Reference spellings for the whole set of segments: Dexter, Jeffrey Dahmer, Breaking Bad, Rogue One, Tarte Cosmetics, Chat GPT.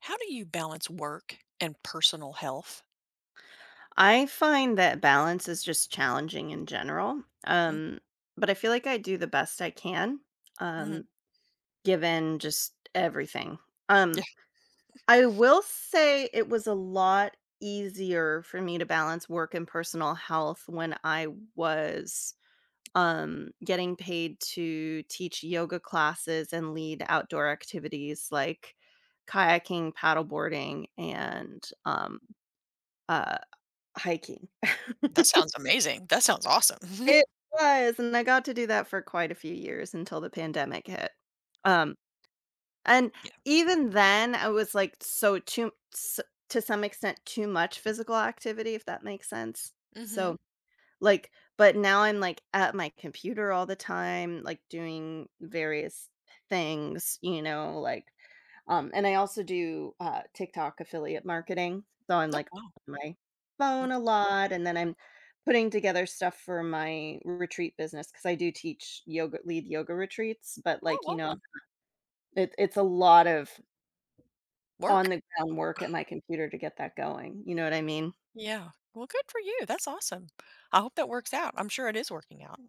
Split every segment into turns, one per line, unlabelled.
How do you balance work and personal health?
I find that balance is just challenging in general.
Mm,
But I feel like I do the best I can, um,
mhm.
given just everything.
Yeah,
Um, I will say it was a lot easier for me to balance work and personal health when I was getting paid to teach yoga classes and lead outdoor activities like kayaking, paddleboarding, and uh hiking.
that sounds amazing. That sounds awesome.
It was, and I got to do that for quite a few years until the pandemic hit. Um, and
Yeah.
even then, I was, so too s to some extent, too much physical activity, if that makes sense. So,
Mhm.
like but now I'm, at my computer all the time, doing various things, and I also do, TikTok affiliate marketing, so I'm,
Oh, wow.
on my phone a lot, and then I'm putting together stuff for my retreat business because I do teach yoga lead yoga retreats, but,
Oh, awesome.
it's a lot of on
Work.
the ground work at my computer to get that going, you know what I mean?
Yeah. Well, good for you. That's awesome. I hope that works out. I'm sure it is working out.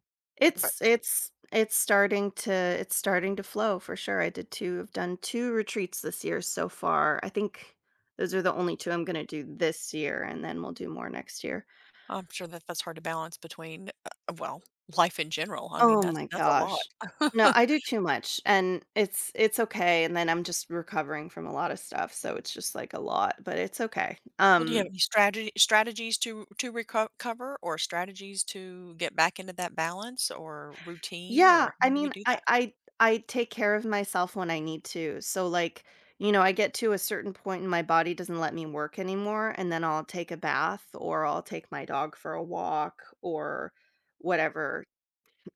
But
It's starting to flow for sure. I've done 2 retreats this year so far. I think those are the only 2 I'm gonna do this year, and then we'll do more next year.
I'm sure that that's hard to balance between, well, life in general. I mean,
Oh
that's
my
that's a lot.
gosh. No, I do too much, and it's okay, and then I'm just recovering from a lot of stuff, so it's just, like, a lot, but it's okay.
Well, do you have any strategy strategies to recover or strategies to get back into that balance or routine,
Yeah,
or
I
how do you
mean,
do that?
I take care of myself when I need to, so, I get to a certain point and my body doesn't let me work anymore, and then I'll take a bath, or I'll take my dog for a walk, or whatever.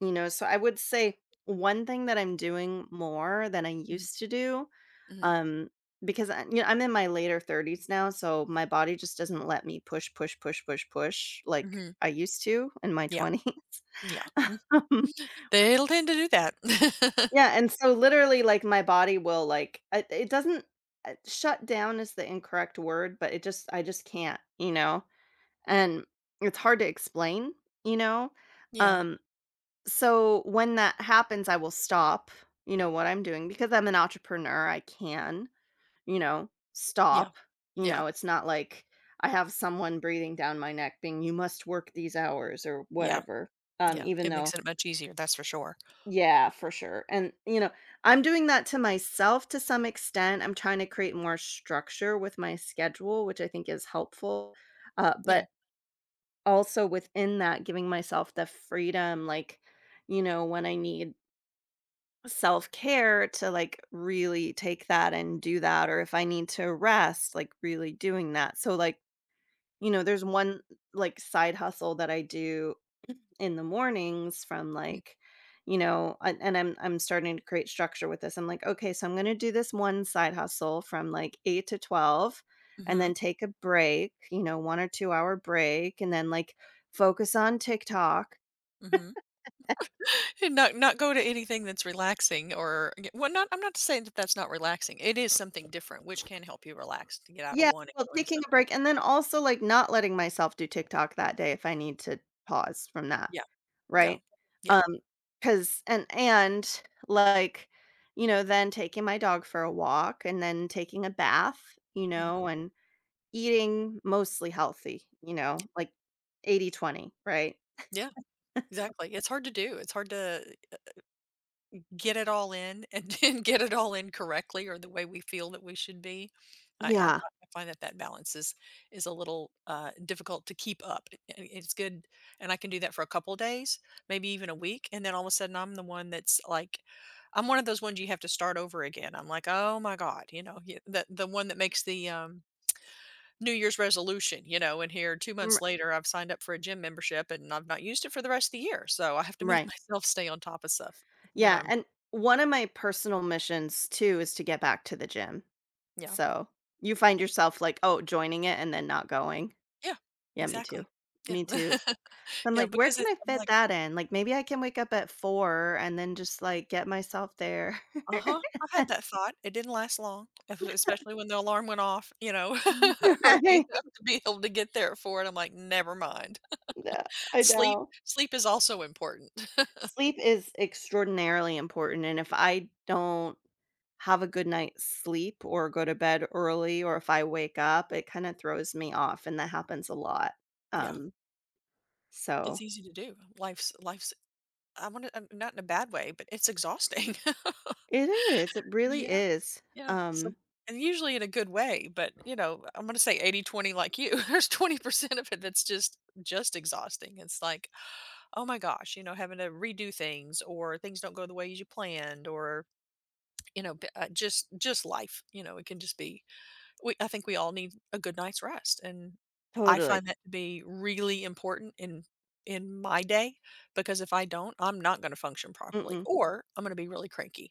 You know, so I would say one thing that I'm doing more than I
Mhm.
used to do,
Mhm.
um, because I'm in my later 30s now, so my body just doesn't let me push, push, push, push, push like
Mhm.
I used to in my
Yeah,
20s.
yeah. Mm.
Um,
They'll tend to do that.
yeah, and so literally, like my body will like it doesn't shut down is the incorrect word, but it just I just can't, you know, and it's hard to explain, you know,
Yeah,
um So when that happens, I will stop, you know, what I'm doing because I'm an entrepreneur. I can, you know,
yeah,
stop. You
yeah,
know, it's not like I have someone breathing down my neck being, you must work these hours or
yeah,
whatever.
yeah.
Even
It makes
though,
it much easier, that's for sure.
yeah, for sure. And, you know, I'm doing that to myself to some extent. I'm trying to create more structure with my schedule, which I think is helpful. Uh,
Yeah.
but also within that, giving myself the freedom, when I need self-care to like really take that and do that, or if I need to rest, like really doing that. So there's one side hustle that I do in the mornings from
Mm,
you know and I'm starting to create structure with this. I'm like, okay, so I'm going to do this one side hustle from like 8 to 12 and
mhm,
then take a break, you know, 1 or 2 hour break, and then like focus on TikTok.
mhm. And not go to anything that's relaxing, or y well, not I'm not saying that that's not relaxing, it is something different, which can help you relax, to get out of
Yeah,
one and
well,
go into
taking a
something.
break and then also, like, not letting myself do TikTok that day if I need to pause from that,
Yeah, yeah,
right?
yeah.
Um, because and, like, you know, then taking my dog for a walk and then taking a bath, you
Mhm.
know, and eating mostly healthy, you know, like 80/20, right?
Yeah, exactly. It's hard to do, it's hard to get it all in, and and get it all in correctly, or the way we feel that we should be.
Yeah,
Find, I find that that balance is a little difficult to keep up. It's good, and I can do that for a couple of days, maybe even a week, and then all of a sudden I'm the one that's like, I'm one of those ones you have to start over again. I'm like, oh my god, you know, the one that makes the New Year's resolution, you know, and here 2 months
r
later I've signed up for a gym membership and I've not used it for the rest of the year, so I have to make
right.
myself stay on top of stuff when
Yeah,
I'm
and one of my personal missions too is to get back to the gym.
yeah.
So, you find yourself like, oh, joining it and then not going.
Yeah,
Yeah, me too.
exactly. Yeah.
Me too. So I'm
Yeah,
like, "Where
because
can
it's
I
I'm
fit
like,
that in?" Like, maybe I can wake up at 4 and then just, like, get myself there.
"Uh-huh, I had that thought." It didn't last long, es especially when the alarm went off, you know, early
Right?
enough to be able to get there for it. I'm like, "Never mind."
No, I
Sleep
know.
Sleep is also important.
Sleep is extraordinarily important, and if I don't have a good night's sleep or go to bed early, or if I wake up, it kinda throws me off, and that happens a lot.
Yeah,
Um,
it's
so
easy to do. Life's I wanna not in a bad way, but it's exhausting.
it is, it
Yeah,
really is.
yeah, so
Um,
and usually in a good way, but, you know, I'm gonna say 80/20 like you. There's 20% of it that's just exhausting. It's like oh my gosh, you know, having to redo things, or things don't go the way as you planned, or, you know, just life, you know, it can just be we I think we all need a good night's rest. And I
Totally.
find that to be really important in my day, because if I don't, I'm not going to function properly,
Mm-mm.
or I'm going to be really cranky.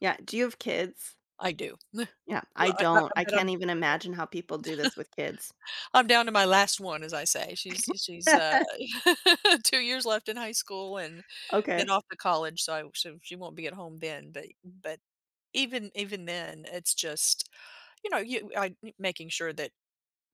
Yeah, do you have kids?
I do.
Yeah, I
I
don't. I
bet
can't even imagine how people do this with kids.
I'm down to my last one, as I say. She's, 2 years left in high school, and then
Okay.
off to college, so I so she won't be at home then, but even even then, it's just, you know, you I making sure that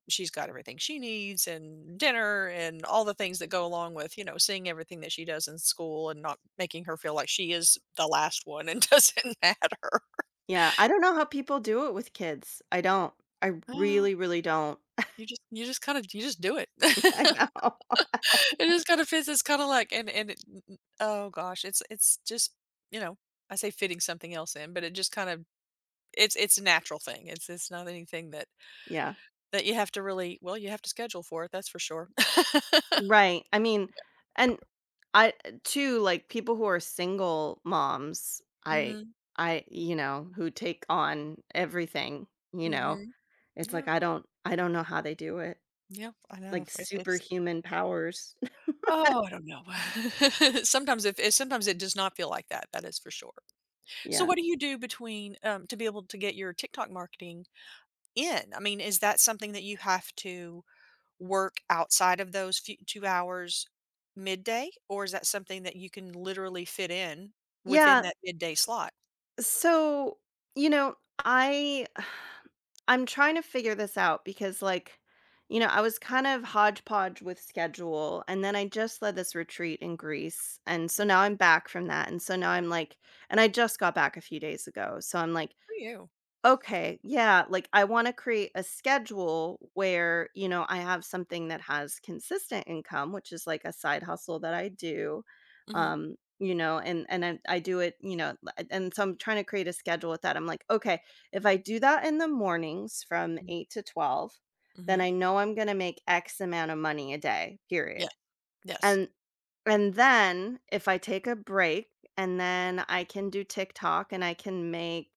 she's got everything she needs, and dinner, and all the things that go along with, you know, seeing everything that she does in school, and not making her feel like she is the last one and doesn't matter.
Yeah, I don't know how people do it with kids. I don't. I
Well,
really, really don't.
you just kinda you just do it.
I know.
It just kinda fits, it's kinda like and it n n oh gosh, it's just, you know, I say fitting something else in, but it just kind of it's a natural thing. It's not anything that
Yeah.
that you have to really well, you have to schedule for it, that's for sure.
Right. I mean, and I too like people who are single moms,
Mhm,
who take on everything, you know.
mhm.
It's like
Yeah,
I don't know how they do it.
yeah, I know,
Like
it it's
superhuman powers.
oh, I don't know. Sometimes if it sometimes it does not feel like that, that is for sure. So
Yeah.
what do you do between, to be able to get your TikTok marketing in? I mean, is that something that you have to work outside of those few 2 hours midday, or is that something that you can literally fit in within
Yeah.
that midday slot?
So, you know, I I'm trying to figure this out because I was kind of hodgepodge with schedule, and then I just led this retreat in Greece, and so now I'm back from that, and so now I'm like and I just got back a few days ago. So I'm like,
For you.
okay, yeah, like, I wanna create a schedule where, you know, I have something that has consistent income, which is, like, a side hustle that I do,
Mhm.
you know, and I do it, you know, li and so I'm trying to create a schedule with that. I'm like, "Okay, if I do that in the mornings from
Mm,
8 to 12, then
mhm.
I know I'm gonna make X amount of money a day,
Yeah,
period."
yes.
And and then if I take a break, and then I can do TikTok and I can make,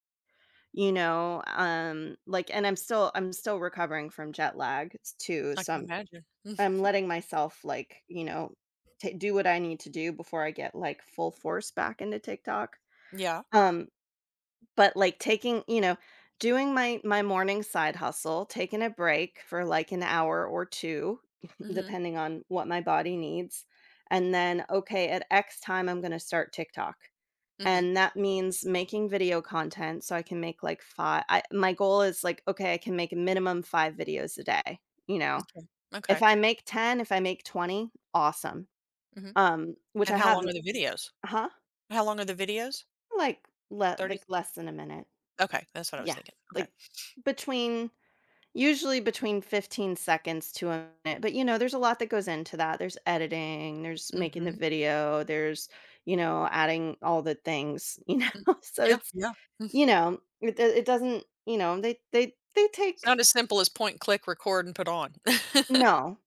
and I'm still recovering from jet lag too,
I
so
can imagine.
I'm
Mhm.
letting myself, like, you know, ta do what I need to do before I get, like, full force back into TikTok.
Yeah.
Um, but, like, doing my morning side hustle, taking a break for, like, an hour or 2,
Mhm,
depending on what my body needs, and then, "Okay, at X time, I'm gonna start TikTok."
mhm.
And that means making video content so I can make, like, 5 I my goal is, like, okay, I can make a minimum 5 videos a day, you know?
Okay. Okay.
If I make 10, if I make 20, awesome.
Mhm.
Which
And
I
how
have
long
m
are the videos?
Huh?
How long are the videos?
Like,
30
less than a minute.
Okay, that's what I was
Yeah.
thinking. Okay.
Like, between usually between 15 seconds to a minute, but, you know, there's a lot that goes into that. There's editing, there's making the
Mhm.
video, there's, you know, adding all the things. You
Mm.
know? So
Yeah,
it's
yeah. Mm.
you know, it doesn't you know, they
It's not
take
as simple as point, click, record, and put on.
no,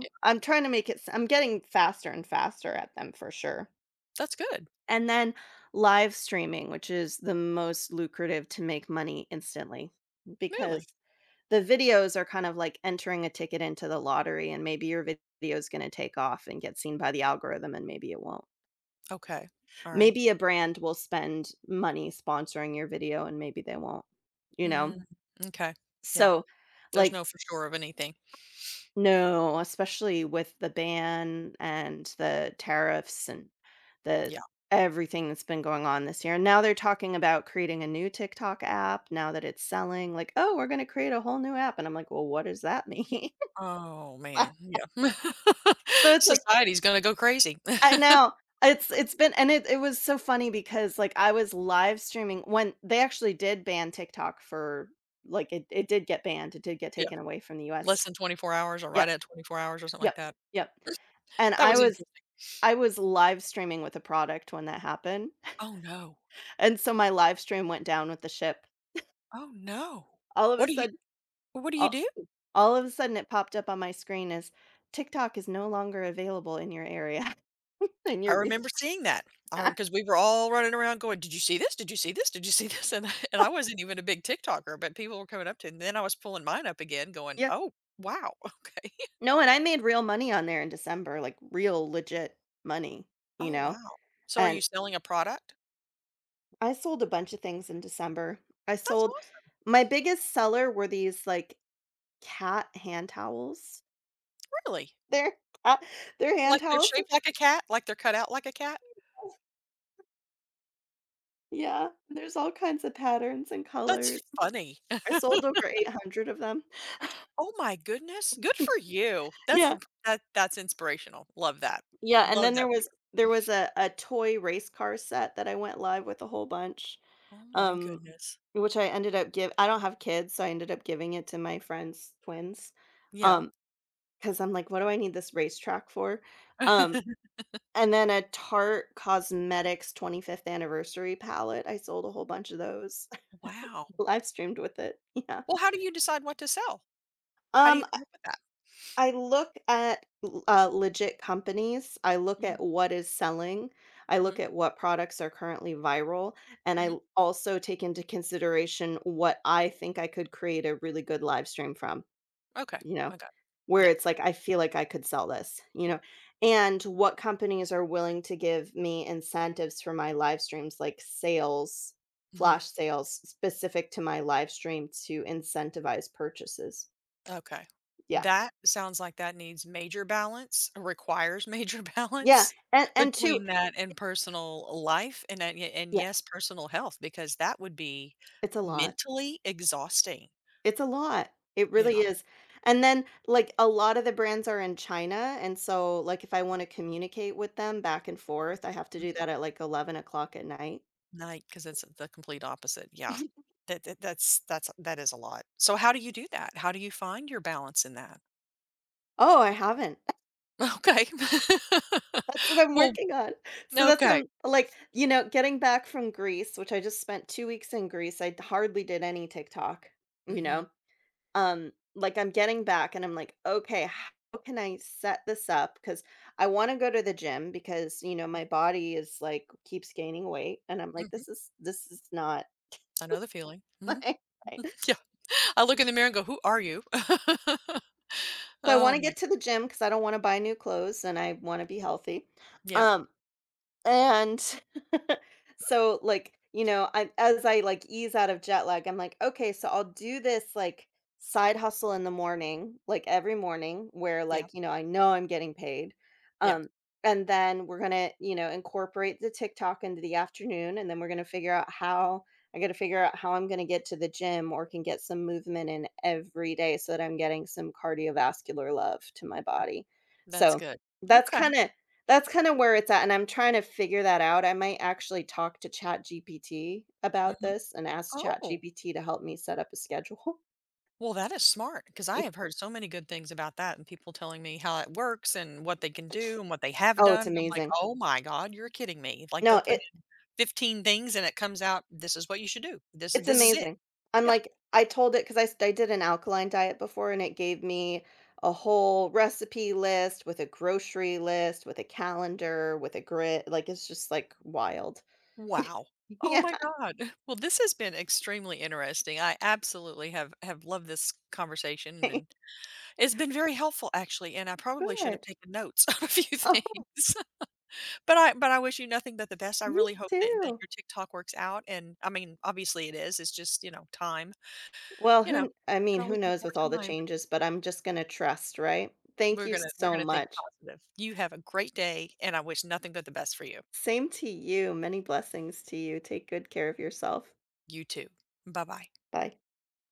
Yeah,
I'm trying to make it s I'm getting faster and faster at them for sure.
that's good.
And then live streaming, which is the most lucrative to make money instantly because
Really?
the videos are kind of like entering a ticket into the lottery, and maybe your video is gonna take off and get seen by the algorithm and maybe it won't.
Okay. Alright.
Maybe a brand will spend money sponsoring your video and maybe they won't, you know?
Mhm. M'kay. Yeah.
So,
There's
like
no for sure of anything.
no, especially with the ban and the tariffs and the
Yeah.
everything that's been going on this year. And now they're talking about creating a new TikTok app now that it's selling, like, "Oh, we're gonna create a whole new app." And I'm like, "Well, what does that mean?"
Oh,
I-
man. Yeah.
So it's like
Society's gonna go crazy.
I know. It's been, and it was so funny because, like, I was live streaming when they actually did ban TikTok for like, it did get banned, it did get
Yeah.
taken away from the
Less
US.
than 24 hours, or right
Yep,
at 24 hours or something like
yep,
that.
yep. And
That was interesting.
I was live streaming with a product when that happened,
Oh, no.
and so my live stream went down with the ship.
Oh, no.
All of
What
a
do you
sudden
what do you
all
do?
all of a sudden, it popped up on my screen as, "TikTok is no longer available in your area, in
I
your
remember
region."
seeing that, because we were all running around going, "Did you see this? Did you see this? Did you see this?" And I wasn't even a big TikToker, but people were coming up to, and then I was pulling mine up again going,
Yeah.
"Oh, wow. Okay.
No, and I made real money on there in December, like, real legit money, you
Oh,
know?
wow." So are you
And
selling a product?
I sold a bunch of things in December. I
That's
sold
awesome.
My biggest seller were these, like, cat hand towels.
Really?
They're cat they're hand
Like they're
towels.
shaped like a cat? Like they're cut out like a cat?
Yeah, there's all kinds of patterns and
That's
colors.
funny.
I sold over 800 of them.
Oh my goodness, good for you.
Yeah,
That that's inspirational. Love that.
yeah, and
Love
then
that
there
for you.
was there was a toy race car set that I went live with a whole bunch,
Oh my
um,
goodness.
which I ended up give I don't have kids, so I ended up giving it to my friend's twins,
Yeah.
because 'cause I'm like, "What do I need this racetrack for?" Um, and then a Tarte Cosmetics 25th anniversary palette, I sold a whole bunch of those.
Wow.
Live streamed with it, yeah.
Well, how do you decide what to sell? How do you
Um
come up with that?
I look at l legit companies, I look
Mhm,
at what is selling, I look
mhm,
at what products are currently viral, and I
mhm.
l also take into consideration what I think I could create a really good live stream from,
Okay,
you know?
I got it.
Where
Yeah.
it's like, I feel like I could sell this, you know? And what companies are willing to give me incentives for my live streams, like sales,
Mhm.
flash sales specific to my live stream to incentivize purchases.
Okay.
Yeah.
That sounds like that needs major balance, requires major
Yeah,
balance
and and two,
between that and personal life, and and
yeah.
yes, personal health, because that would be
It's a lot.
mentally exhausting.
It's a lot. It
Yeah.
really is. And then, like, a lot of the brands are in China, and so, like, if I wanna communicate with them back and forth, I have to do
Mhm.
that at, like, 11 o'clock at night.
Like, because it's the complete opposite. Yeah. That's that is a lot. So how do you do that? How do you find your balance in that?
Oh, I haven't.
Okay.
That's what I'm
well,
working on. So that's why
okay.
I'm like, you know, getting back from Greece, which I just spent 2 weeks in Greece, I hardly did any TikTok, you
hmm
know? Like, I'm getting back and I'm like, "Okay, how can I set this up? Because I wanna go to the gym because, you know, my body is, like, keeps gaining weight, and I'm like, "This
hmm
is not
I know the feeling. Mm-hmm.
like right."
Yeah. I look in the mirror and go, "Who are you?"
So I
Oh
wanna
my
get to the
goodness.
gym because I don't wanna buy new clothes and I wanna be healthy.
Yeah,
Um And So, I as I, like, ease out of jet lag, I'm like, "Okay, so I'll do this, like, side hustle in the morning, like, every morning where,
yeah,
you know, I know I'm getting paid,
yeah.
um, and then we're gonna, you know, incorporate the TikTok into the afternoon, and then we're gonna figure out how I gotta figure out how I'm gonna get to the gym or can get some movement in every day so that I'm getting some cardiovascular love to my
Uh,
body."
that's
So,
good.
that's
Okay.
kinda that's kind of where it's at, and I'm trying to figure that out. I might actually talk to Chat GPT about
Mhm.
this and ask Chat
Oh,
GPT to help me set up a schedule.
well, that is smart, because I have heard so many good things about that, and people telling me how it works and what they can do and what they have
Oh,
done,
it's
and I'm like,
amazing.
"Oh my god, you're kidding me." Like, they'll
No,
put
it
in 15 things and it comes out, "This is what you should do.
It's
This is it."
amazing. I'm
Yeah.
like I told it it, 'cause I did an alkaline diet before, and it gave me a whole recipe list with a grocery list, with a calendar, with a grid, like, it's just, like, wild.
Wow. Oh
Yeah.
my god. Well, this has been extremely interesting. I absolutely have loved this conversation, and It's been very helpful actually, and I probably should have
Good.
taken notes on a few
Oh,
things. But I wish you nothing but the best. I
you
really hope that, that
too.
your TikTok works out, and I mean, obviously it is. It's just, you know, time.
Well,
You
who
know, you
kn I mean,
can always
who
make
knows with all the
more time.
changes, but I'm just gonna trust, right? Thank you
We're
so
gonna think
much.
positive. You have a great day, and I wish nothing but the best for you.
Same to you, many blessings to you, take good care of yourself.
You too. Bye bye.
Bye.